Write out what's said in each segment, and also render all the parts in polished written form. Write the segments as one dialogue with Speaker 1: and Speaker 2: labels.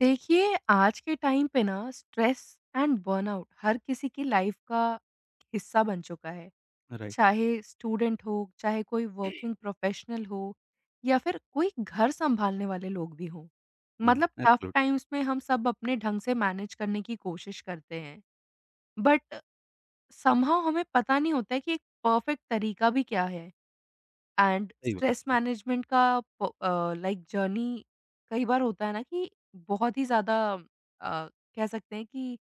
Speaker 1: देखिए, आज के टाइम पे ना स्ट्रेस एंड बर्नआउट हर किसी की लाइफ का हिस्सा बन चुका है।
Speaker 2: राइट।
Speaker 1: चाहे स्टूडेंट हो, चाहे कोई वर्किंग प्रोफेशनल हो या फिर कोई घर सँभालने वाले लोग भी हों।
Speaker 2: हुँ,
Speaker 1: मतलब टफ़
Speaker 2: एब्सोल्यूटली
Speaker 1: टाइम्स में हम सब अपने ढंग से मैनेज करने की कोशिश करते हैं। बट समहाउ हमें पता नहीं होता है कि एक परफ़ेक्ट तरीका भी क्या है? एंड
Speaker 2: सही बात
Speaker 1: स्ट्रेस
Speaker 2: है।
Speaker 1: मैनेजमेंट का प लाइक जर्नी। कई बार होता है ना कि बहुत ही ज़्यादा कह सकते हैं कि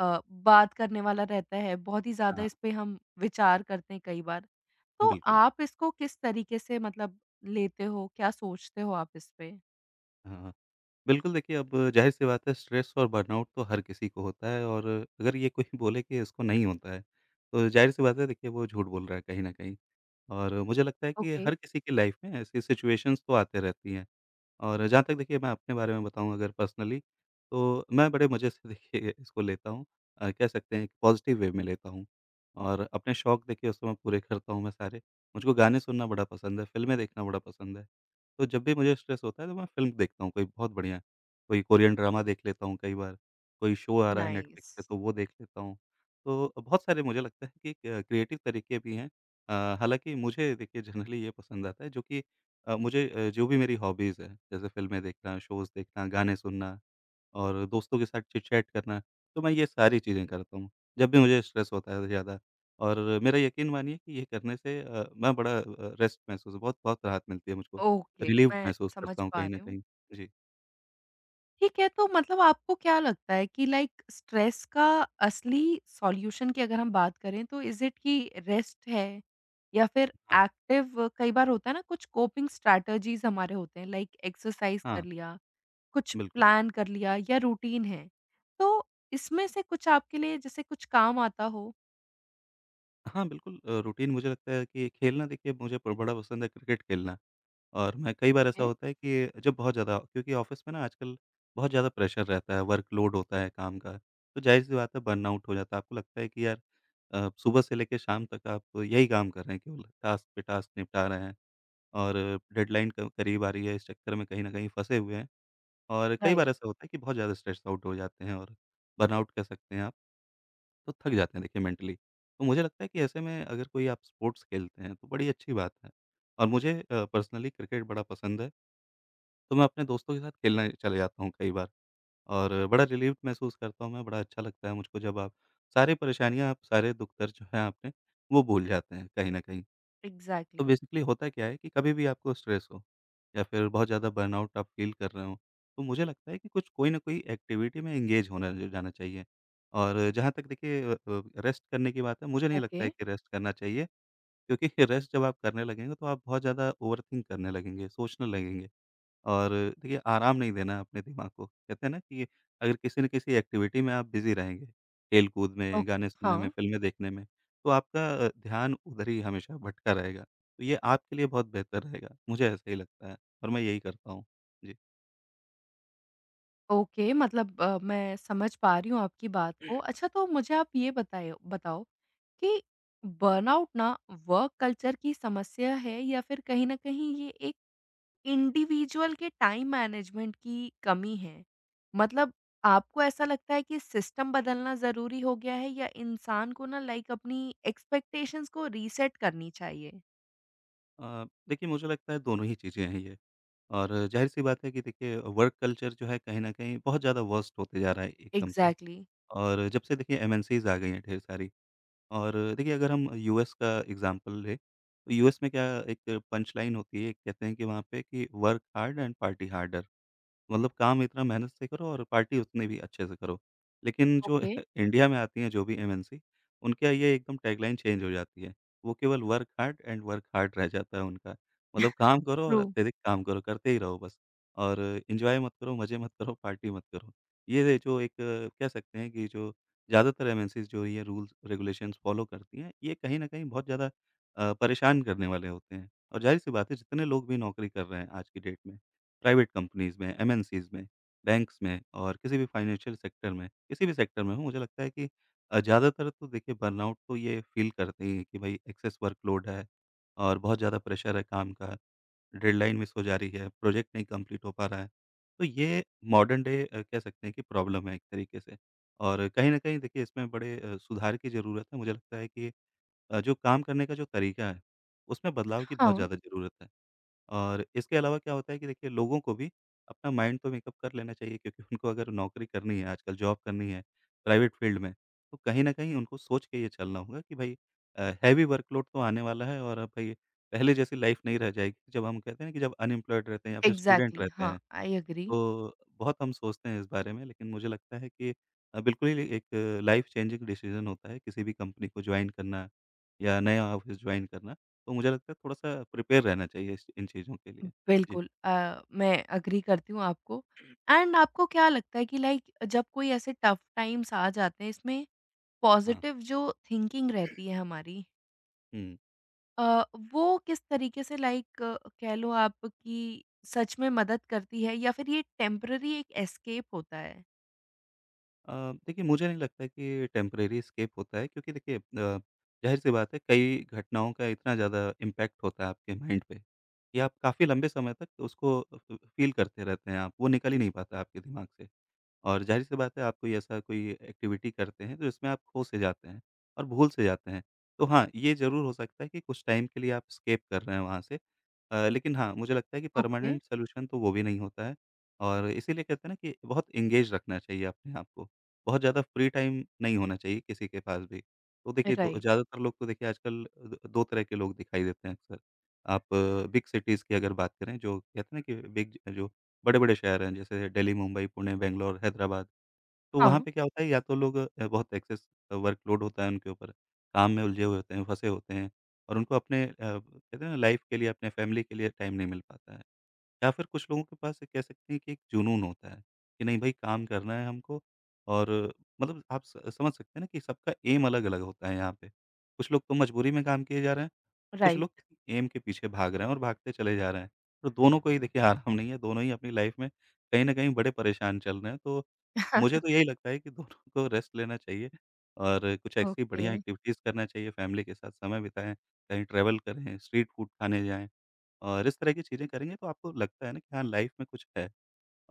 Speaker 1: बात करने वाला रहता है, बहुत ही ज़्यादा
Speaker 2: हाँ,
Speaker 1: इस पे हम विचार करते हैं कई बार। तो
Speaker 2: बिल्कुल।
Speaker 1: आप इसको किस तरीके से मतलब लेते हो? क्या सोचते हो आप इस पे?
Speaker 2: हाँ, बिल्कुल देखिए अब ज़ाहिर-सी बात है स्ट्रेस और बर्नआउट तो हर किसी को होता है और अगर ये कोई बोले कि इसको नहीं होता है, तो ज़ाहिर-सी बात है देखिए वो झूठ बोल रहा है कहीं न कहीं। और मुझे लगता है कि
Speaker 1: ओके।
Speaker 2: हर किसी की लाइफ में ऐसी सिचुएशंस तो आते रहती हैं। और जहाँ तक देखिए मैं अपने बारे में बताऊँ अगर पर्सनली तो मैं बड़े मज़े से देखिए इसको लेता हूँ कह सकते हैं कि पॉज़िटिव वे में लेता हूँ और अपने शौक देखिए उस समय पूरे करता हूँ मैं सारे। मुझको गाने सुनना बड़ा पसंद है, फ़िल्में देखना बड़ा पसंद है। तो जब भी मुझे स्ट्रेस होता है तो मैं फ़िल्म देखता हूँ कोई बहुत बढ़िया। कोई कोरियन ड्रामा देख लेता हूँ कई बार, कोई शो आ रहा है नेटफ्लिक्स पे
Speaker 1: नाइस।
Speaker 2: तो वो देख लेता हूँ। तो बहुत सारे मुझे लगता है कि क्रिएटिव तरीके भी हैं अ, हालाँकि मुझे देखिए जनरली ये पसंद आता है जो कि मुझे जो भी मेरी हॉबीज़ हैं, जैसे फ़िल्में देखना, शोज़ देखना, गाने सुनना और दोस्तों के साथ चिट-चैट करना, तो मैं ये सारी चीज़ें करता हूँ, जब भी मुझे स्ट्रेस होता है ज़्यादा और मेरा यकीन मानिए कि ये करने से मैं बड़ा रेस्ट महसूस बहुत बहुत राहत मिलती है मुझको,
Speaker 1: ओके,
Speaker 2: रिलीफ़
Speaker 1: मैं
Speaker 2: महसूस
Speaker 1: समझ
Speaker 2: करता हूँ
Speaker 1: पा
Speaker 2: कहीं न
Speaker 1: रही हूँ।
Speaker 2: कहीं। जी,
Speaker 1: ठीक है, तो मतलब आपको क्या लगता है कि लाइक स्ट्रेस का असली सॉल्यूशन की अगर हम बात करें तो इज़ इट कि रेस्ट है या फिर
Speaker 2: हाँ,
Speaker 1: एक्टिव? कई बार होता है ना कुछ कोपिंग स्ट्रैटेजीज़ हमारे होते हैं लाइक एक्सरसाइज
Speaker 2: हाँ,
Speaker 1: कर लिया, कुछ
Speaker 2: बिल्कुल।
Speaker 1: प्लान कर लिया या रूटीन है। तो इसमें से कुछ आपके लिए जैसे कुछ काम आता हो?
Speaker 2: हाँ, बिल्कुल रूटीन मुझे लगता है कि खेलना देखिए मुझे ब बड़ा पसंद है क्रिकेट खेलना और मैं कई बार ऐसा
Speaker 1: ओके।
Speaker 2: होता है कि जब बहुत ज़्यादा क्योंकि ऑफ़िस में ना आजकल बहुत ज़्यादा प्रेशर रहता है, वर्कलोड होता है काम का, तो ज़ाहिर-सी बात है बर्नआउट हो जाता है। आपको लगता है कि यार सुबह से लेके शाम तक आप यही काम कर रहे हैं केवल, टास्क पे टास्क निपटा रहे हैं और डेडलाइन क करीब आ रही है, इस चक्कर में कहीं न कहीं फँसे हुए हैं और कई बार
Speaker 1: राइट।
Speaker 2: ऐसा होता है कि बहुत ज़्यादा स्ट्रेस आउट हो जाते हैं और बर्नआउट कह सकते हैं आप, तो थक जाते हैं देखिए मेंटली। तो मुझे लगता है कि ऐसे में अगर कोई आप स्पोर्ट्स खेलते हैं तो बड़ी अच्छी बात है और मुझे पर्सनली क्रिकेट बड़ा पसंद है। तो मैं अपने दोस्तों के साथ खेलने चले जाता हूँ कई बार और बड़ा रिलीव्ड महसूस करता हूँ मैं, बड़ा अच्छा लगता है मुझको जब आप सारी परेशानियाँ, आप सारे दुख दर्द जो हैं आपके, वो भूल जाते हैं कहीं न कहीं।
Speaker 1: एग्ज़ैक्टली।
Speaker 2: तो बेसिकली होता क्या है कि कभी भी आपको स्ट्रेस हो या फिर बहुत ज़्यादा बर्नआउट आप फ़ील कर रहे हो, तो मुझे लगता है कि कुछ कोई ना कोई एक्टिविटी में एंगेज होना ज जाना चाहिए। और जहाँ तक देखिए रेस्ट करने की बात है, मुझे नहीं
Speaker 1: ओके।
Speaker 2: लगता है कि रेस्ट करना चाहिए क्योंकि रेस्ट जब आप करने लगेंगे तो आप बहुत ज़्यादा ओवरथिंक करने लगेंगे, सोचने लगेंगे। और देखिए आराम नहीं देना है अपने दिमाग को। कहते हैं ना कि अगर किसी न किसी एक्टिविटी में आप बिज़ी रहेंगे, खेल-कूद
Speaker 1: ओ,
Speaker 2: में, गाने सुनने में,
Speaker 1: हाँ।
Speaker 2: फ़िल्में देखने में, तो आपका ध्यान उधर ही हमेशा भटका रहेगा। तो ये आपके लिए बहुत बेहतर रहेगा, मुझे ऐसा ही लगता है और मैं यही करता हूँ। जी।
Speaker 1: ओके, मतलब मैं समझ पा रही हूँ आपकी बात को। अच्छा, तो मुझे आप ये बताए बताओ कि बर्नआउट ना वर्क कल्चर की समस्या है या फिर कहीं न कहीं ये एक इंडिविजुअल के टाइम मैनेजमेंट की कमी है? मतलब आपको ऐसा लगता है कि सिस्टम बदलना ज़रूरी हो गया है या इंसान को ना लाइक अपनी एक्सपेक्टेशंस को रीसेट करनी चाहिए?
Speaker 2: देखिए मुझे लगता है दोनों ही चीज़ें हैं ये और ज़ाहिर-सी बात है कि देखिए वर्क कल्चर जो है कहीं न कहीं बहुत ज़्यादा वर्स्ट होते जा रहा है एकदम से
Speaker 1: एग्ज़ैक्टली।
Speaker 2: और जब से देखिए एमएनसीज़ आ गई हैं ढेर सारी, और देखिए अगर हम यूएस का एग्ज़ाम्पल लें, तो यूएस में क्या एक पंच लाइन होती है, कहते हैं कि वहाँ पे कि work hard and party harder. मतलब काम इतना मेहनत से करो और पार्टी उतनी भी अच्छे से करो। लेकिन जो
Speaker 1: ओके।
Speaker 2: इंडिया में आती हैं जो भी एमएनसी, उनके यहाँ ये एकदम टैगलाइन चेंज हो जाती है। वो केवल work hard and work hard रह जाता है उनका। मतलब काम करो और
Speaker 1: ट्रू।
Speaker 2: अत्यधिक काम करो, करते ही रहो बस और एन्जॉय मत करो, मज़े मत करो, पार्टी मत करो। ये जो एक कह सकते हैं कि जो ज़्यादातर एमएनसीज़ जो ये रूल्स रेगुलेशंस फ़ॉलो करती हैं, ये कहीं न कहीं बहुत ज़्यादा परेशान करने वाले होते हैं और ज़ाहिर-सी बात है जितने लोग भी नौकरी कर रहे हैं आज की डेट में, प्राइवेट कंपनीज़ में, एमएनसीज़ में, बैंक्स में और किसी भी फाइनेंशियल सेक्टर में, किसी भी सेक्टर में हो मुझे लगता है कि ज़्यादातर तो देखिए बर्नआउट तो ये फ़ील करते ही हैं कि भाई एक्सेस वर्कलोड है और बहुत ज़्यादा प्रेशर है काम का, डेडलाइन मिस हो जा रही है, प्रोजेक्ट नहीं कंप्लीट हो पा रहा है। तो ये मॉडर्न डे कह सकते हैं कि प्रॉब्लम है एक तरीके से और कहीं न कहीं देखिए इसमें बड़े सुधार की ज़रूरत है। मुझे लगता है कि जो काम करने का जो तरीका है, उसमें बदलाव की बहुत
Speaker 1: हाँ,
Speaker 2: ज़्यादा ज़रूरत है। और इसके अलावा क्या होता है कि देखिए लोगों को भी अपना माइंड तो मेकअप कर लेना चाहिए क्योंकि उनको अगर नौकरी करनी है आजकल जॉब करनी है प्राइवेट फील्ड में, तो कहीं न कहीं उनको सोच के ये चलना होगा कि भई हैवी वर्कलोड तो आने वाला है और अब भई पहले जैसी लाइफ़ नहीं रह जाएगी। जब हम कहते हैं ना कि जब अनएम्प्लॉयड रहते हैं या फिर स्टूडेंट
Speaker 1: एग्ज़ैक्टली।
Speaker 2: रहते
Speaker 1: हाँ,
Speaker 2: हैं
Speaker 1: आई एग्री।
Speaker 2: तो बहुत हम सोचते हैं इस बारे में, लेकिन मुझे लगता है कि बिल्कुल ही एक लाइफ़ चेंजिंग डिसीज़न होता है किसी भी कंपनी को जॉइन करना या नया ऑफ़िस जॉइन करना। तो मुझे लगता है थोड़ा-सा प्रिपेयर रहना चाहिए इस इन चीज़ों के लिए। जी।
Speaker 1: बिल्कुल, मैं एग्री करती हूँ आपको। एंड आपको क्या लगता है कि लाइक जब कोई ऐसे टफ टाइम्स आ जाते हैं, इसमें
Speaker 2: हाँ।
Speaker 1: पॉजिटिव जो थिंकिंग रहती है हमारी,
Speaker 2: हुँ।
Speaker 1: अ, वो किस तरीके से, लाइक कह लो आप, कि सच में मदद करती है या फिर ये टेम्पररी एक एस्केप होता है?
Speaker 2: अ, देखिए मुझे नहीं लगता कि टेम्परेरी एस्केप होता है क्योंकि देखिए ज़ाहिर-सी बात है कई घटनाओं का इतना ज़्यादा इम्पैक्ट होता है आपके माइंड पे कि आप काफ़ी लंबे समय तक उसको फ़ फ़ील करते रहते हैं आप, वो निकल ही नहीं पाता आपके दिमाग से। और ज़ाहिर-सी बात है आप कोई ऐसा कोई एक्टिविटी करते हैं, तो इसमें आप खो से जाते हैं और भूल से जाते हैं। तो हाँ, ये ज़रूर हो सकता है कि कुछ टाइम के लिए आप एस्केप कर रहे हैं वहाँ से। लेकिन हाँ, मुझे लगता है कि
Speaker 1: ओके।
Speaker 2: परमानेंट सॉल्यूशन तो वो भी नहीं होता है और इसीलिए कहते हैं ना कि बहुत एंगेज रखना चाहिए अपने आप को। बहुत ज़्यादा फ्री टाइम नहीं होना चाहिए किसी के पास भी। तो देखिए दो
Speaker 1: राइट।
Speaker 2: ज़्यादातर लोग तो देखिए आजकल द 2 तरह के लोग दिखाई देते हैं अक्सर। आप बिग सिटीज़ की अगर बात करें जो कहते हैं ना कि बिग जो बड़े-बड़े शहर हैं जैसे दिल्ली, मुंबई, पुणे, बैंगलोर, हैदराबाद। तो
Speaker 1: हाँ।
Speaker 2: वहाँ पे क्या होता है या तो लोग बहुत एक्सेस वर्कलोड होता है उनके ऊपर, काम में उलझे हुए होते हैं, फँसे होते हैं और उनको अपने कहते हैं ना लाइफ़ के लिए, अपने फैमिली के लिए टाइम नहीं मिल पाता है। या फिर कुछ लोगों के पास कह सकते हैं कि एक जुनून होता है, कि नहीं भई काम करना है हमको और मतलब आप स समझ सकते हैं ना कि सबका एम अलग-अलग होता है यहाँ पे। कुछ लोग तो मजबूरी में काम किए जा रहे हैं, कुछ लोग
Speaker 1: राइट।
Speaker 2: किसी एम के पीछे भाग रहे हैं और भागते चले जा रहे हैं। तो दोनों को ही देखिए आराम नहीं है, दोनों ही अपनी लाइफ़ में कहीं न कहीं बड़े परेशान चल रहे हैं। तो मुझे तो यही लगता है कि दोनों को रेस्ट लेना चाहिए और कुछ ऐसी
Speaker 1: ओके।
Speaker 2: बढ़िया एक्टिविटीज़ करना चाहिए, फैमिली के साथ समय बिताएँ, कहीं ट्रैवल करें, स्ट्रीट फूड खाने जाएँ। और इस तरह की चीज़ें करेंगे तो आपको लगता है ना कि हाँ, लाइफ़ में कुछ है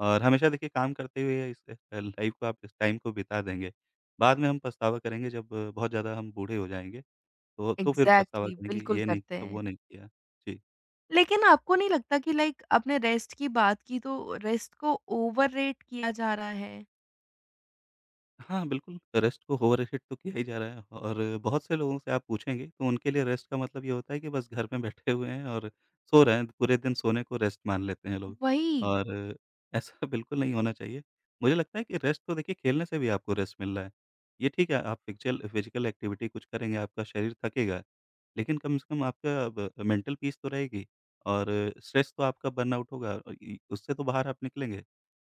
Speaker 2: और हमेशा देखिए काम करते हुए इस लाइफ़ को आप इस टाइम को बिता देंगे, बाद में हम पछतावा करेंगे जब बहुत ज़्यादा हम बूढ़े हो जाएँगे, तो फिर पछतावा
Speaker 1: एग्ज़ैक्टली,
Speaker 2: करेंगे,
Speaker 1: बिल्कुल
Speaker 2: ये नहीं
Speaker 1: करते
Speaker 2: किया,
Speaker 1: हैं।
Speaker 2: वो नहीं किया। जी।
Speaker 1: लेकिन आपको नहीं लगता कि लाइक आपने रेस्ट की बात की तो रेस्ट को ओवररेट किया जा रहा है?
Speaker 2: हाँ, बिल्कुल, रेस्ट को ओवररेटेड तो किया ही जा रहा है और बहुत से लोगों से आप पूछेंगे तो उनके लिए रेस्ट का मतलब ये होता है कि बस घर में बैठे हुए हैं और सो रहे हैं, पूरे दिन सोने को रेस्ट मान लेते हैं लोग
Speaker 1: वही।
Speaker 2: और ऐसा बिल्कुल नहीं होना चाहिए। मुझे लगता है कि रेस्ट तो देखिए खेलने से भी आपको रेस्ट मिल रहा है। ये ठीक है, आप फिक्चल फिज़िकल एक्टिविटी कुछ करेंगे, आपका शरीर थकेगा, लेकिन कम से कम आपका ब मेंटल पीस तो रहेगी और स्ट्रेस तो आपका बर्नआउट होगा इ उससे तो बाहर आप निकलेंगे।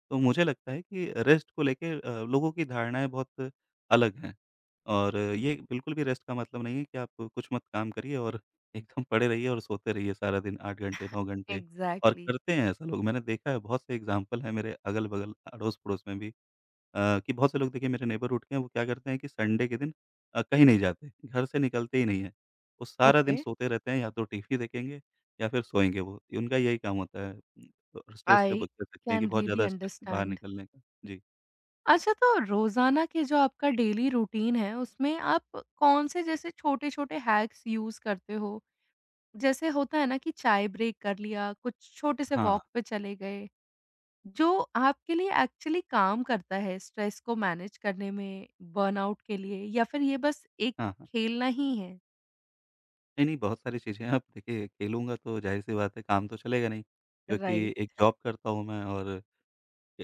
Speaker 2: तो मुझे लगता है कि रेस्ट को लेके लोगों की धारणाएँ बहुत अलग हैं और ये बिल्कुल भी रेस्ट का मतलब नहीं है कि आप कुछ मत काम करिए और एकदम पड़े रहिए और सोते रहिए सारा दिन 8 घंटे, 9 घंटे और
Speaker 1: एग्ज़ैक्टली।
Speaker 2: करते हैं ऐसा लोग। मैंने देखा है बहुत से एग्ज़ाम्पल हैं मेरे अगल-बगल, अड़ोस-पड़ोस में भी, कि बहुत से लोग देखिए मेरे नेबरहुड के हैं। वो क्या करते हैं कि संडे के दिन कहीं नहीं जाते, घर से निकलते ही नहीं हैं। वो सारा दिन
Speaker 1: ओके,
Speaker 2: सोते रहते हैं, या तो टीवी देखेंगे या फिर सोएँगे वो। उनका यही काम होता है। स्ट्रेस से
Speaker 1: आई
Speaker 2: बच कर सकते हैं कि
Speaker 1: कैन
Speaker 2: बहुत ज़्यादा
Speaker 1: रियली
Speaker 2: स्ट्रेस से बाहर
Speaker 1: अंडरस्टैंड।
Speaker 2: निकलने का। जी।
Speaker 1: अच्छा, तो रोज़ाना के जो आपका डेली रूटीन है, उसमें आप कौन से जैसे छोटे-छोटे हैक्स यूज़ करते हो? जैसे होता है ना कि चाय ब्रेक कर लिया, कुछ छोटे से
Speaker 2: हाँ,
Speaker 1: वॉक पे चले गए, जो आपके लिए एक्चुअली काम करता है स्ट्रेस को मैनेज करने में, बर्नआउट के लिए, या फिर ये बस एक
Speaker 2: हाँ, हाँ।
Speaker 1: खेलना ही है?
Speaker 2: नहीं, नहीं, बहुत सारी चीज़ें हैं। अब देखिए खेलूँगा तो ज़ाहिर-सी बात है काम तो चलेगा नहीं, क्योंकि एक
Speaker 1: राइट।
Speaker 2: जॉब करता हूँ मैं और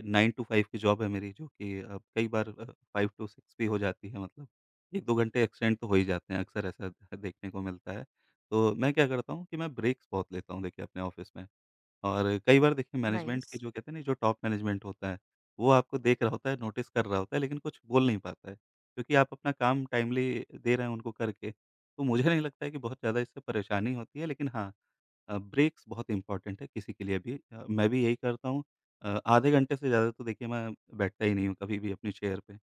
Speaker 2: 9 टू 5 की जॉब है मेरी, जो कि कई बार 5 टू 6 भी हो जाती है, मतलब 1-2 घंटे एक्सटेंड तो हो ही जाते हैं, अक्सर ऐसा देखने को मिलता है। तो मैं क्या करता हूँ कि मैं ब्रेक्स बहुत लेता हूँ देखिए अपने ऑफ़िस में। और कई बार देखिए मैनेजमेंट
Speaker 1: नाइस।
Speaker 2: के, जो कहते हैं ना, जो टॉप मैनेजमेंट होता है, वो आपको देख रहा होता है, नोटिस कर रहा होता है, लेकिन कुछ बोल नहीं पाता है। क्योंकि आप अपना काम टाइमली दे रहे हैं उनको करके, तो मुझे नहीं लगता है कि बहुत ज़्यादा इससे परेशानी होती है, लेकिन हाँ, ब्रेक्स बहुत इम्पोर्टेंट है किसी के लिए भी। मैं भी यही करता हूँ। आधे घंटे से ज़्यादा तो देखिए मैं बैठता ही नहीं हूँ कभी भी अपनी चेयर पे।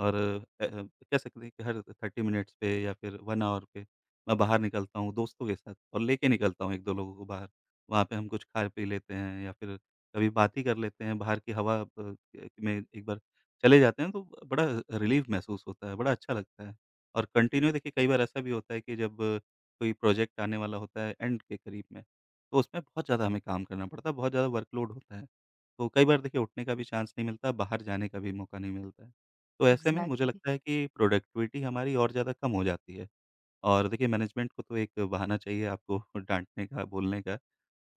Speaker 2: और कह सकते हैं कि हर 30 मिनट्स पे या फिर 1 आवर पे मैं बाहर निकलता हूँ दोस्तों के साथ, और लेके निकलता हूँ 1-2 लोगों को बाहर। वहाँ पे हम कुछ खा पी लेते हैं या फिर कभी बात ही कर लेते हैं। बाहर की हवा में एक बार चले जाते हैं तो बड़ा रिलीफ़ महसूस होता है, बड़ा अच्छा लगता है। और कंटिन्यू देखिए कई बार ऐसा भी होता है कि जब कोई प्रोजेक्ट आने वाला होता है एंड के करीब में, तो उसमें बहुत ज़्यादा हमें काम करना पड़ता है, बहुत ज़्यादा वर्कलोड होता है। तो कई बार देखिए उठने का भी चांस नहीं मिलता, बाहर जाने का भी मौका नहीं मिलता है। तो ऐसे में मुझे
Speaker 1: एग्जैक्टली।
Speaker 2: लगता है कि प्रोडक्टिविटी हमारी और ज़्यादा कम हो जाती है। और देखिए मैनेजमेंट को तो एक बहाना चाहिए आपको डाँटने का, बोलने का।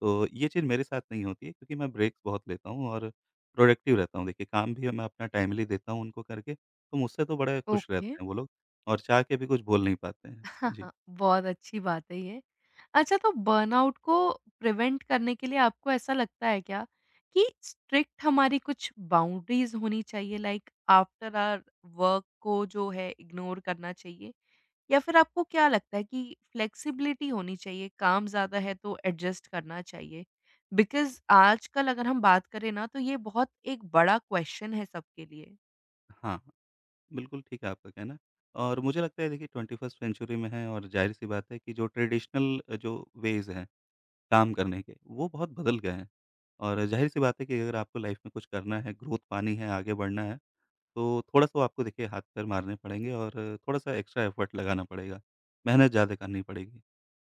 Speaker 2: तो ये चीज़ मेरे साथ नहीं होती है, क्योंकि मैं ब्रेक्स बहुत लेता हूँ और प्रोडक्टिव रहता हूँ। देखिए काम भी मैं अपना टाइमली देता हूँ उनको करके, तो मुझसे तो बड़े खुश
Speaker 1: ओके।
Speaker 2: रहते हैं वो लोग, और चाह के भी कुछ बोल नहीं पाते हैं।
Speaker 1: हाँ,
Speaker 2: जी।
Speaker 1: हाँ, बहुत अच्छी बात है ये। अच्छा, तो बर्नआउट को प्रिवेंट करने के लिए आपको ऐसा लगता है क्या कि स्ट्रिक्ट हमारी कुछ बाउंड्रीज़ होनी चाहिए, लाइक आफ्टर आवर वर्क को जो है इग्नोर करना चाहिए? या फिर आपको क्या लगता है कि फ्लेक्सिबिलिटी होनी चाहिए, काम ज़्यादा है तो एडजस्ट करना चाहिए? बिकॉज़ आजकल अगर हम बात करें ना, तो ये बहुत एक बड़ा क्वेश्चन है सबके लिए।
Speaker 2: हाँ। बिल्कुल, ठीक है आपका कहना। और मुझे लगता है देखिए 21st सेंचुरी में हैं और ज़ाहिर-सी बात है कि जो ट्रेडिशनल जो वेज़ हैं काम करने के, वो बहुत बदल गए हैं। और ज़ाहिर-सी बात है कि अगर आपको लाइफ़ में कुछ करना है, ग्रोथ पानी है, आगे बढ़ना है, तो थोड़ा-सा वो आपको देखिए हाथ-पैर मारने पड़ेंगे और थोड़ा-सा एक्स्ट्रा एफ़र्ट लगाना पड़ेगा, मेहनत ज़्यादा करनी पड़ेगी।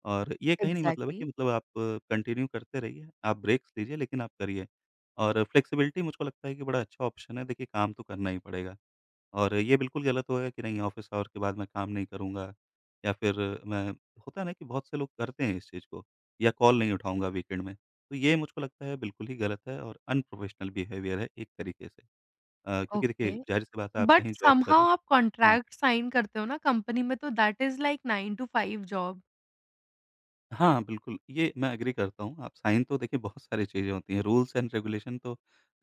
Speaker 2: और ये कहीं नहीं मतलब है कि
Speaker 1: एग्ज़ैक्टली।
Speaker 2: मतलब आप कंटिन्यू करते रहिए, आप ब्रेक्स लीजिए, लेकिन आप करिए। और फ्लेक्सिबिलिटी मुझको लगता है कि बड़ा अच्छा ऑप्शन है, देखिए काम तो करना ही पड़ेगा। और ये बिल्कुल गलत होगा कि नहीं, ऑफ़िस आवर के बाद मैं काम नहीं करूँगा, या फिर, मैं होता है ना कि बहुत से लोग करते हैं इस चीज़ को, या कॉल नहीं उठाऊँगा वीकेंड में। तो ये मुझको लगता है बिल्कुल ही गलत है और अनप्रोफ़ेशनल बिहेवियर है एक तरीके से। क्योंकि देखिए
Speaker 1: ओके।
Speaker 2: ज़ाहिर-सी बात है आप
Speaker 1: बट
Speaker 2: कहीं जॉब कर रहे
Speaker 1: समहाउ आप
Speaker 2: हैं। हाँ।
Speaker 1: कॉन्ट्रैक्ट साइन करते हो ना कंपनी में, तो that is like 9 to 5 job.
Speaker 2: हाँ, बिल्कुल ये मैं एग्री करता हूँ। आप साइन तो, देखिए बहुत सारी चीज़ें होती हैं, रूल्स एंड रेगुलेशन तो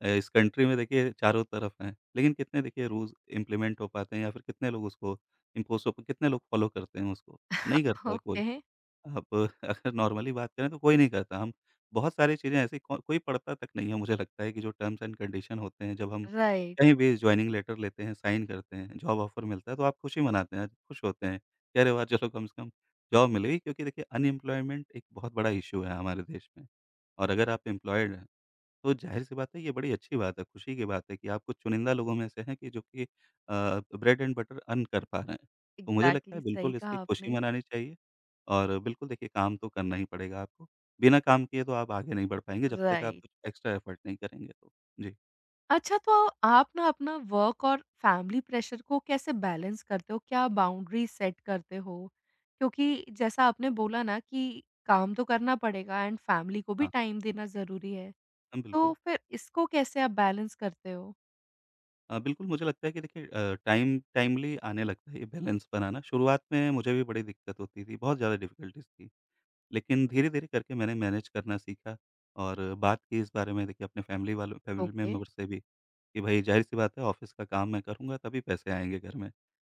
Speaker 2: इस कंट्री में देखिए चारों तरफ हैं। लेकिन कितने देखिए रूल्स इम्प्लीमेंट हो पाते हैं, या फिर कितने लोग उसको इम्पोज़ हो, कितने लोग फ़ॉलो करते हैं उसको? नहीं करता है कोई।
Speaker 1: ओके।
Speaker 2: आप अगर नॉर्मली बात करें तो कोई नहीं करता। हम, बहुत सारी चीज़ें ऐसी को कोई पढ़ता तक नहीं है, मुझे लगता है कि जो टर्म्स एंड कंडीशन होते हैं, जब हम
Speaker 1: राइट,
Speaker 2: कहीं भी जॉइनिंग लेटर लेते हैं, साइन करते हैं, जॉब ऑफ़र मिलता है, तो आप खुशी मनाते हैं, खुश होते हैं कि अरे वाह! चलो कम से कम जॉब मिल गई, क्योंकि देखिए अनएम्प्लॉयमेंट एक बहुत बड़ा इश्यू है हमारे देश में। और अगर आप एम्प्लॉयड, तो ज़ाहिर-सी बात है, ये बड़ी अच्छी बात है, खुशी की बात है कि आप कुछ चुनिंदा लोगों में से हैं, कि जो कि ब्रेड एंड बटर अर्न कर पा रहे हैं। तो मुझे लगता
Speaker 1: एग्ज़ैक्टली।
Speaker 2: है
Speaker 1: सही
Speaker 2: बिल्कुल
Speaker 1: कहा
Speaker 2: इसकी
Speaker 1: आपने।
Speaker 2: खुशी मनानी चाहिए, और बिल्कुल देखिए काम तो करना ही पड़ेगा आपको। बिना काम किए तो आप आगे नहीं बढ़ पाएँगे, जब तक आप
Speaker 1: राइट।
Speaker 2: कुछ एक्स्ट्रा एफर्ट नहीं करेंगे तो। जी।
Speaker 1: अच्छा, तो आप ना अपना वर्क और फैमिली प्रेशर को कैसे बैलेंस करते हो? क्या बाउंड्री सेट करते हो? क्योंकि जैसा आपने बोला ना कि काम तो करना पड़ेगा एंड फैमिली को भी
Speaker 2: हाँ,
Speaker 1: टाइम देना ज़रूरी है।
Speaker 2: हाँ,
Speaker 1: तो
Speaker 2: बिल्कुल।
Speaker 1: फिर इसको कैसे आप बैलेंस करते हो?
Speaker 2: बिल्कुल मुझे लगता है कि देखिए टाइम टाइमली आने लगता है ये बैलेंस बनाना। शुरुआत में मुझे भी बड़ी दिक्कत होती थी, बहुत ज़्यादा डिफ़िकल्टीज़ थी। लेकिन धीरे-धीरे करके मैंने मैनेज करना सीखा, और बात की इस बारे में देखिए अपने फैमिली वालों, फैमिली
Speaker 1: ओके।
Speaker 2: मेंबर से भी, कि भई ज़ाहिर-सी बात है ऑफ़िस का काम मैं करूँगा तभी पैसे आएँगे घर में,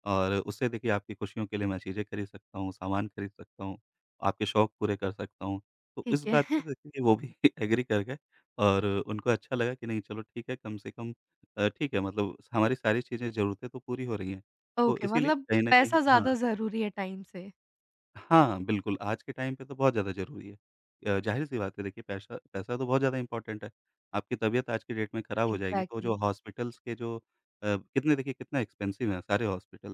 Speaker 2: और उससे देखिए आपकी खुशियों के लिए मैं चीज़ें खरीद सकता हूँ, सामान खरीद सकता हूँ, आपके शौक पूरे कर सकता हूँ। तो इस
Speaker 1: ठीक
Speaker 2: बात
Speaker 1: है।
Speaker 2: पे देखिए वो भी एग्री कर गए, और उनको अच्छा लगा कि नहीं चलो ठीक है, कम से कम ठीक है, मतलब हमारी सारी चीज़ें, ज़रूरतें तो पूरी हो रही हैं। तो
Speaker 1: ओके,
Speaker 2: इसीलिए
Speaker 1: मतलब
Speaker 2: कहीं न कहीं,
Speaker 1: पैसा
Speaker 2: हाँ।
Speaker 1: ज़्यादा ज़रूरी है टाइम से।
Speaker 2: हाँ, बिल्कुल, आज के टाइम पे तो बहुत ज़्यादा ज़रूरी है। ज़ाहिर-सी बात है देखिए पैसा पैसा तो बहुत ज़्यादा इम्पोर्टेंट है। आपकी तबीयत आज की डेट में खराब हो जाएगी तो जो
Speaker 1: एग्ज़ैक्टली।
Speaker 2: हॉस्पिटल्स के जो कितने देखिए कितना एक्सपेंसिव हैं सारे हॉस्पिटल।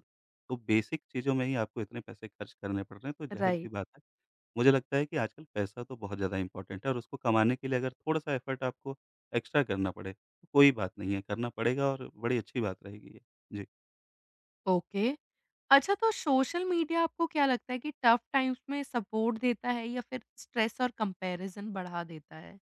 Speaker 2: तो बेसिक चीज़ों में ही आपको इतने पैसे खर्च करने पड़ रहे हैं, तो ज़ाहिर-सी
Speaker 1: राइट।
Speaker 2: बात है, मुझे लगता है कि आजकल पैसा तो बहुत ज़्यादा इम्पोर्टेंट है, और उसको कमाने के लिए अगर थोड़ा-सा एफ़र्ट आपको एक्स्ट्रा करना पड़े, तो कोई बात नहीं है, करना पड़ेगा और बड़ी अच्छी बात रहेगी ये। जी।
Speaker 1: ओके। अच्छा, तो सोशल मीडिया आपको क्या लगता है कि टफ़ टाइम्स में सपोर्ट देता है या फिर स्ट्रेस और कंपैरिज़न बढ़ा देता है?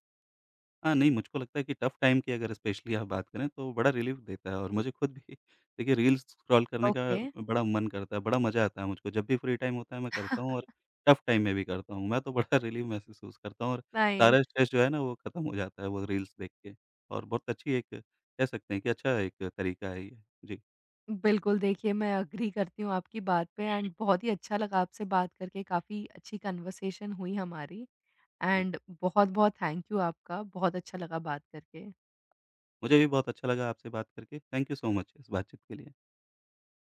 Speaker 2: हाँ, नहीं मुझको लगता है कि टफ़ टाइम की अगर स्पेशली आप बात करें तो बड़ा रिलीफ़ देता है, और मुझे खुद भी देखिए रील्स स्क्रॉल करने का
Speaker 1: ओके।
Speaker 2: बड़ा मन करता है, बड़ा मज़ा आता है मुझको। जब भी फ्री टाइम होता है मैं करता हूँ, और टफ़ टाइम में भी करता हूँ। मैं तो बड़ा रिलीफ़ महसूस करता हूँ, और
Speaker 1: नाइस।
Speaker 2: सारा स्ट्रेस जो है ना वो ख़त्म हो जाता है वो रील्स देख के, और बहुत अच्छी एक कह सकते हैं कि अच्छा एक तरीका है ये। जी,
Speaker 1: बिल्कुल, देखिए मैं एग्री करती हूँ आपकी बात पे एंड बहुत ही अच्छा लगा आपसे बात करके, काफ़ी अच्छी कन्वर्सेशन हुई हमारी
Speaker 2: जी।
Speaker 1: एंड बहुत-बहुत थैंक यू आपका, बहुत अच्छा लगा बात करके।
Speaker 2: मुझे भी बहुत अच्छा लगा आपसे बात करके। थैंक यू सो मच इस बातचीत के लिए।